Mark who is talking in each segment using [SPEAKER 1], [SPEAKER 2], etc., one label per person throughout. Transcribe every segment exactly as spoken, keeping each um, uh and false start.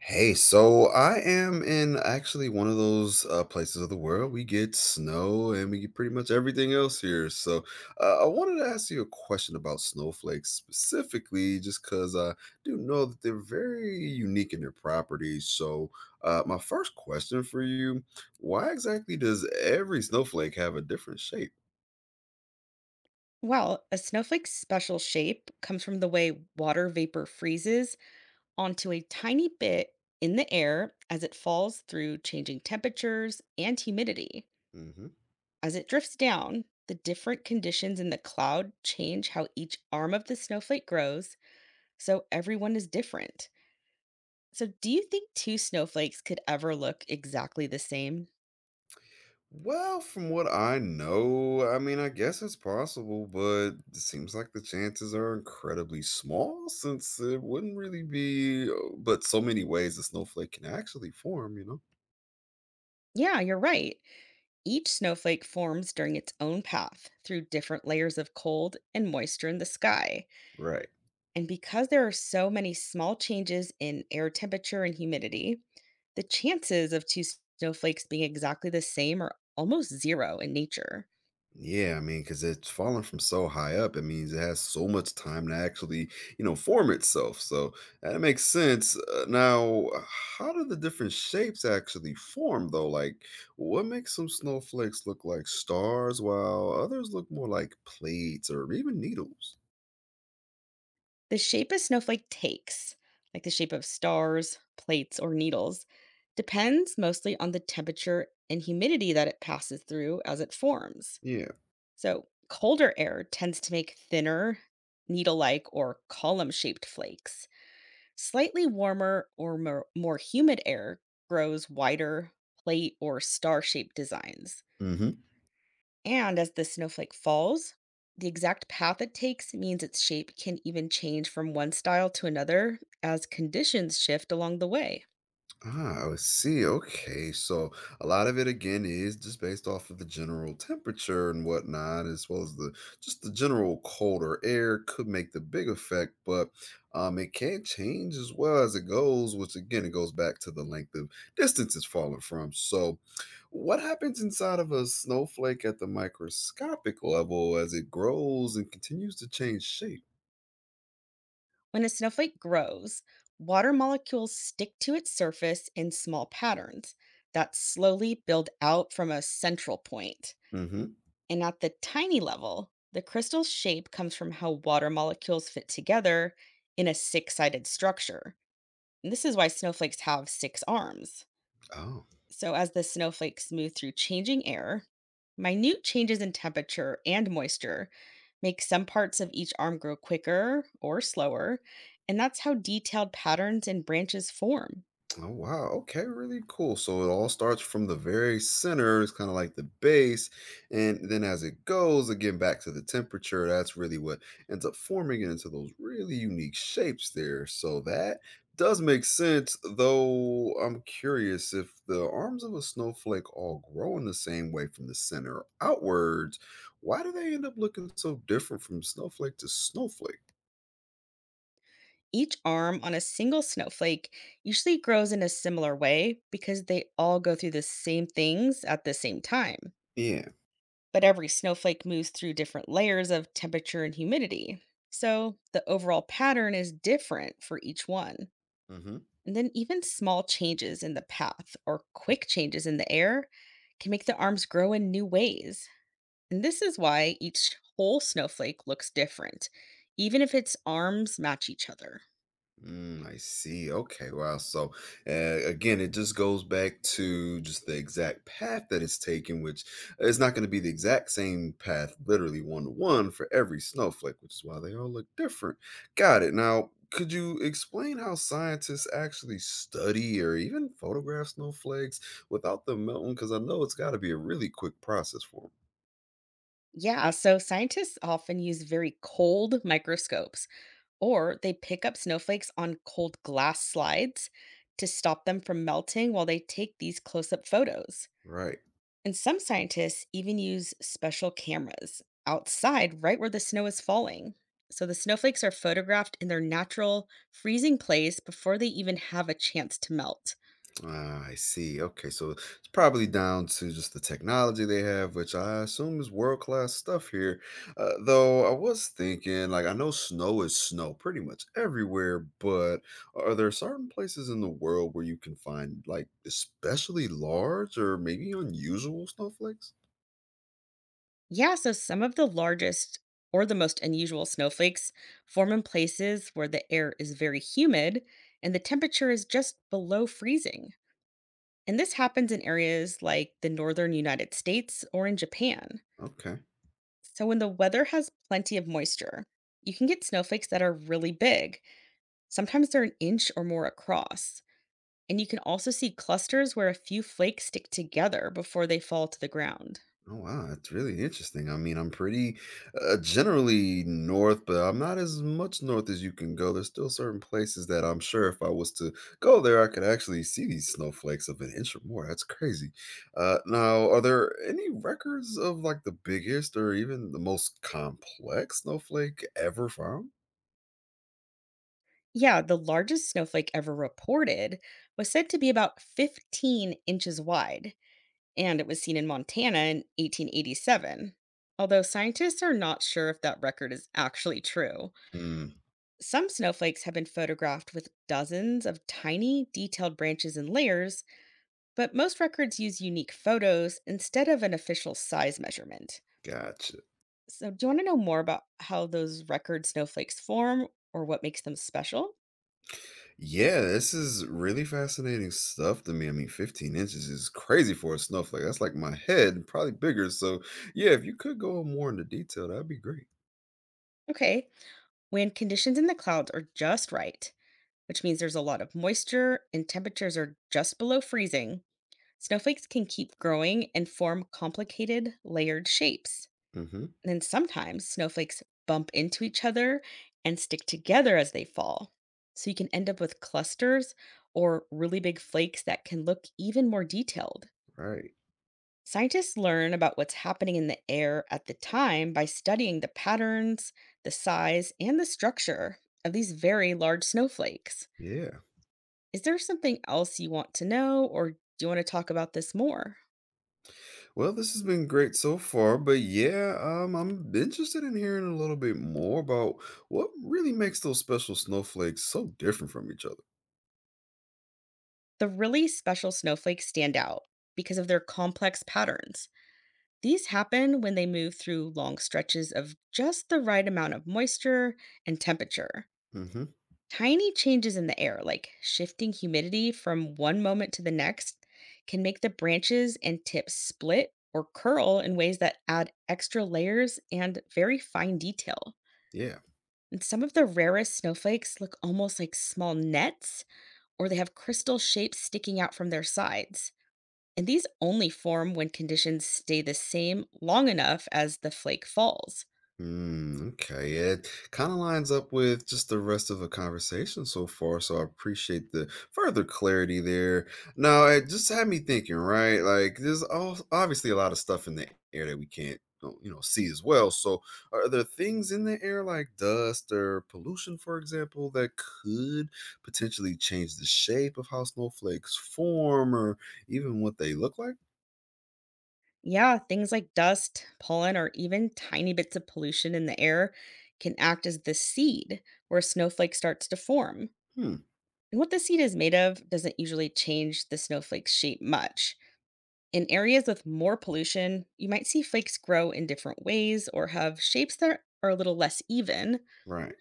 [SPEAKER 1] Hey, so I am in actually one of those uh, places of the world. We get snow and we get pretty much everything else here. So uh, I wanted to ask you a question about snowflakes specifically, just because I do know that they're very unique in their properties. So, uh, my first question for you, why exactly does every snowflake have a different shape?
[SPEAKER 2] Well, a snowflake's special shape comes from the way water vapor freezes onto a tiny bit in the air as it falls through changing temperatures and humidity.
[SPEAKER 1] Mm-hmm.
[SPEAKER 2] As it drifts down, the different conditions in the cloud change how each arm of the snowflake grows, so everyone is different. So, do you think two snowflakes could ever look exactly the same?
[SPEAKER 1] Well, from what I know, I mean, I guess it's possible, but it seems like the chances are incredibly small since it wouldn't really be, uh, but so many ways a snowflake can actually form, you know?
[SPEAKER 2] Yeah, you're right. Each snowflake forms during its own path through different layers of cold and moisture in the sky.
[SPEAKER 1] Right.
[SPEAKER 2] And because there are so many small changes in air temperature and humidity, the chances of two snowflakes being exactly the same are almost zero in nature.
[SPEAKER 1] Yeah, I mean, because it's fallen from so high up, it means it has so much time to actually, you know, form itself. So that makes sense. Uh, now, how do the different shapes actually form, though? Like, what makes some snowflakes look like stars while others look more like plates or even needles?
[SPEAKER 2] The shape a snowflake takes, like the shape of stars, plates, or needles, depends mostly on the temperature and humidity that it passes through as it forms.
[SPEAKER 1] Yeah.
[SPEAKER 2] So, colder air tends to make thinner, needle like, or column shaped flakes. Slightly warmer or more, more humid air grows wider plate or star shaped designs. And as the snowflake falls, the exact path it takes means its shape can even change from one style to another as conditions shift along the way.
[SPEAKER 1] Ah, I see. Okay. So a lot of it again is just based off of the general temperature and whatnot, as well as the just the general colder air could make the big effect, but um it can change as well as it goes, which again it goes back to the length of distance it's falling from. So what happens inside of a snowflake at the microscopic level as it grows and continues to change shape?
[SPEAKER 2] When a snowflake grows, water molecules stick to its surface in small patterns that slowly build out from a central point.
[SPEAKER 1] Mm-hmm.
[SPEAKER 2] And at the tiny level, the crystal's shape comes from how water molecules fit together in a six sided structure. And this is why snowflakes have six arms.
[SPEAKER 1] Oh.
[SPEAKER 2] So, as the snowflakes move through changing air, minute changes in temperature and moisture make some parts of each arm grow quicker or slower. And that's how detailed patterns and branches form.
[SPEAKER 1] Oh wow, okay, really cool. So it all starts from the very center, it's kind of like the base, and then as it goes again back to the temperature, that's really what ends up forming it into those really unique shapes there. So that does make sense, though I'm curious if the arms of a snowflake all grow in the same way from the center outwards, why do they end up looking so different from snowflake to snowflake?
[SPEAKER 2] Each arm on a single snowflake usually grows in a similar way because they all go through the same things at the same time.
[SPEAKER 1] Yeah.
[SPEAKER 2] But every snowflake moves through different layers of temperature and humidity. So the overall pattern is different for each one. And then even small changes in the path or quick changes in the air can make the arms grow in new ways. And this is why each whole snowflake looks different, even if its arms match each other.
[SPEAKER 1] Mm, I see. Okay. Wow. So, uh, again, it just goes back to just the exact path that it's taken, which is not going to be the exact same path, literally one to one for every snowflake, which is why they all look different. Got it. Now, could you explain how scientists actually study or even photograph snowflakes without them melting? Because I know it's got to be a really quick process for them.
[SPEAKER 2] Yeah, so scientists often use very cold microscopes, or they pick up snowflakes on cold glass slides to stop them from melting while they take these close up photos.
[SPEAKER 1] Right.
[SPEAKER 2] And some scientists even use special cameras outside right where the snow is falling. So the snowflakes are photographed in their natural freezing place before they even have a chance to melt.
[SPEAKER 1] Ah, I see. Okay, so it's probably down to just the technology they have, which I assume is world class stuff here. Uh, though I was thinking, like, I know snow is snow pretty much everywhere, but are there certain places in the world where you can find, like, especially large or maybe unusual snowflakes?
[SPEAKER 2] Yeah, so some of the largest or the most unusual snowflakes form in places where the air is very humid and the temperature is just below freezing. And this happens in areas like the northern United States or in Japan.
[SPEAKER 1] Okay.
[SPEAKER 2] So when the weather has plenty of moisture, you can get snowflakes that are really big. Sometimes they're an inch or more across. And you can also see clusters where a few flakes stick together before they fall to the ground.
[SPEAKER 1] Oh wow, that's really interesting. I mean, I'm pretty uh, generally north, but I'm not as much north as you can go. There's still certain places that I'm sure if I was to go there, I could actually see these snowflakes of an inch or more. That's crazy. Uh, now, are there any records of like the biggest or even the most complex snowflake ever found?
[SPEAKER 2] Yeah, the largest snowflake ever reported was said to be about fifteen inches wide, and it was seen in Montana in eighteen eighty-seven. Although scientists are not sure if that record is actually true,
[SPEAKER 1] Mm,
[SPEAKER 2] some snowflakes have been photographed with dozens of tiny, detailed branches and layers, but most records use unique photos instead of an official size measurement.
[SPEAKER 1] gotcha.
[SPEAKER 2] So, do you want to know more about how those record snowflakes form or what makes them special?
[SPEAKER 1] Yeah, this is really fascinating stuff to me. I mean, fifteen inches is crazy for a snowflake. That's like my head, probably bigger. So, yeah, if you could go more into detail, that'd be great.
[SPEAKER 2] Okay. When conditions in the clouds are just right, which means there's a lot of moisture and temperatures are just below freezing, snowflakes can keep growing and form complicated layered shapes.
[SPEAKER 1] Mm-hmm.
[SPEAKER 2] And then sometimes snowflakes bump into each other and stick together as they fall. So you can end up with clusters or really big flakes that can look even more detailed.
[SPEAKER 1] Right.
[SPEAKER 2] Scientists learn about what's happening in the air at the time by studying the patterns, the size, and the structure of these very large snowflakes.
[SPEAKER 1] Yeah.
[SPEAKER 2] Is there something else you want to know, or do you want to talk about this more?
[SPEAKER 1] Well, this has been great so far, but yeah, um, I'm interested in hearing a little bit more about what really makes those special snowflakes so different from each other.
[SPEAKER 2] The really special snowflakes stand out because of their complex patterns. These happen when they move through long stretches of just the right amount of moisture and temperature.
[SPEAKER 1] Mm-hmm.
[SPEAKER 2] Tiny changes in the air, like shifting humidity from one moment to the next, can make the branches and tips split or curl in ways that add extra layers and very fine detail.
[SPEAKER 1] Yeah.
[SPEAKER 2] And some of the rarest snowflakes look almost like small nets, or they have crystal shapes sticking out from their sides. And these only form when conditions stay the same long enough as the flake falls.
[SPEAKER 1] Mm, okay, it kind of lines up with just the rest of the conversation so far, so I appreciate the further clarity there. Now, it just had me thinking, right? Like, there's all, obviously a lot of stuff in the air that we can't, uh, you know, see as well. So, are there things in the air like dust or pollution, for example, that could potentially change the shape of how snowflakes form or even what they look like?
[SPEAKER 2] Yeah, things like dust, pollen, or even tiny bits of pollution in the air can act as the seed where a snowflake starts to form.
[SPEAKER 1] Hmm,
[SPEAKER 2] And what the seed is made of doesn't usually change the snowflake's shape much. In areas with more pollution, you might see flakes grow in different ways or have shapes that are a little less even.
[SPEAKER 1] right.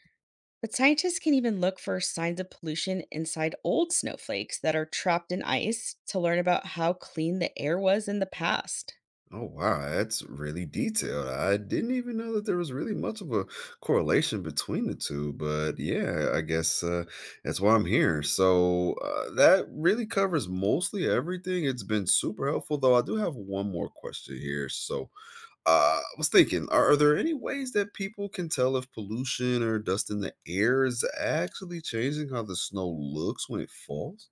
[SPEAKER 2] But scientists can even look for signs of pollution inside old snowflakes that are trapped in ice to learn about how clean the air was in the past.
[SPEAKER 1] Oh wow, that's really detailed. I didn't even know that there was really much of a correlation between the two, but yeah, I guess uh, that's why I'm here. So uh, that really covers mostly everything. It's been super helpful, though. I do have one more question here. So uh, I was thinking, are, are there any ways that people can tell if pollution or dust in the air is actually changing how the snow looks when it falls?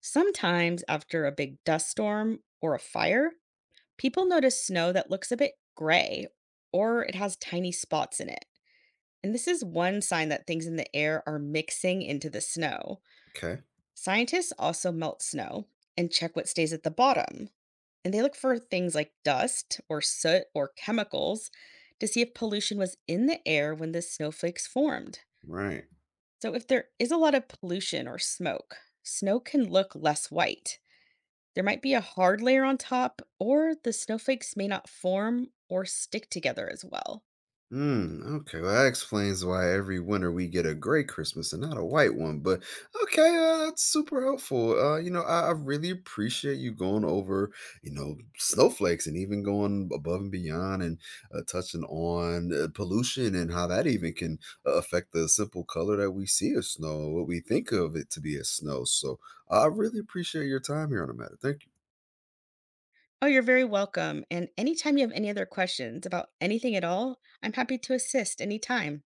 [SPEAKER 2] Sometimes, after a big dust storm or a fire, people notice snow that looks a bit gray or it has tiny spots in it. And this is one sign that things in the air are mixing into the snow.
[SPEAKER 1] Okay,
[SPEAKER 2] Scientists also melt snow and check what stays at the bottom. And they look for things like dust or soot or chemicals to see if pollution was in the air when the snowflakes formed.
[SPEAKER 1] right.
[SPEAKER 2] So, if there is a lot of pollution or smoke, snow can look less white. There might be a hard layer on top, or the snowflakes may not form or stick together as well.
[SPEAKER 1] Hmm. Okay. Well, that explains why every winter we get a gray Christmas and not a white one. But okay, uh, that's super helpful. Uh, you know, I, I really appreciate you going over, you know, snowflakes and even going above and beyond and uh, touching on uh, pollution and how that even can uh, affect the simple color that we see as snow, what we think of it to be as snow. So I really appreciate your time here on the matter. Thank you.
[SPEAKER 2] Oh, you're very welcome. And anytime you have any other questions about anything at all, I'm happy to assist anytime.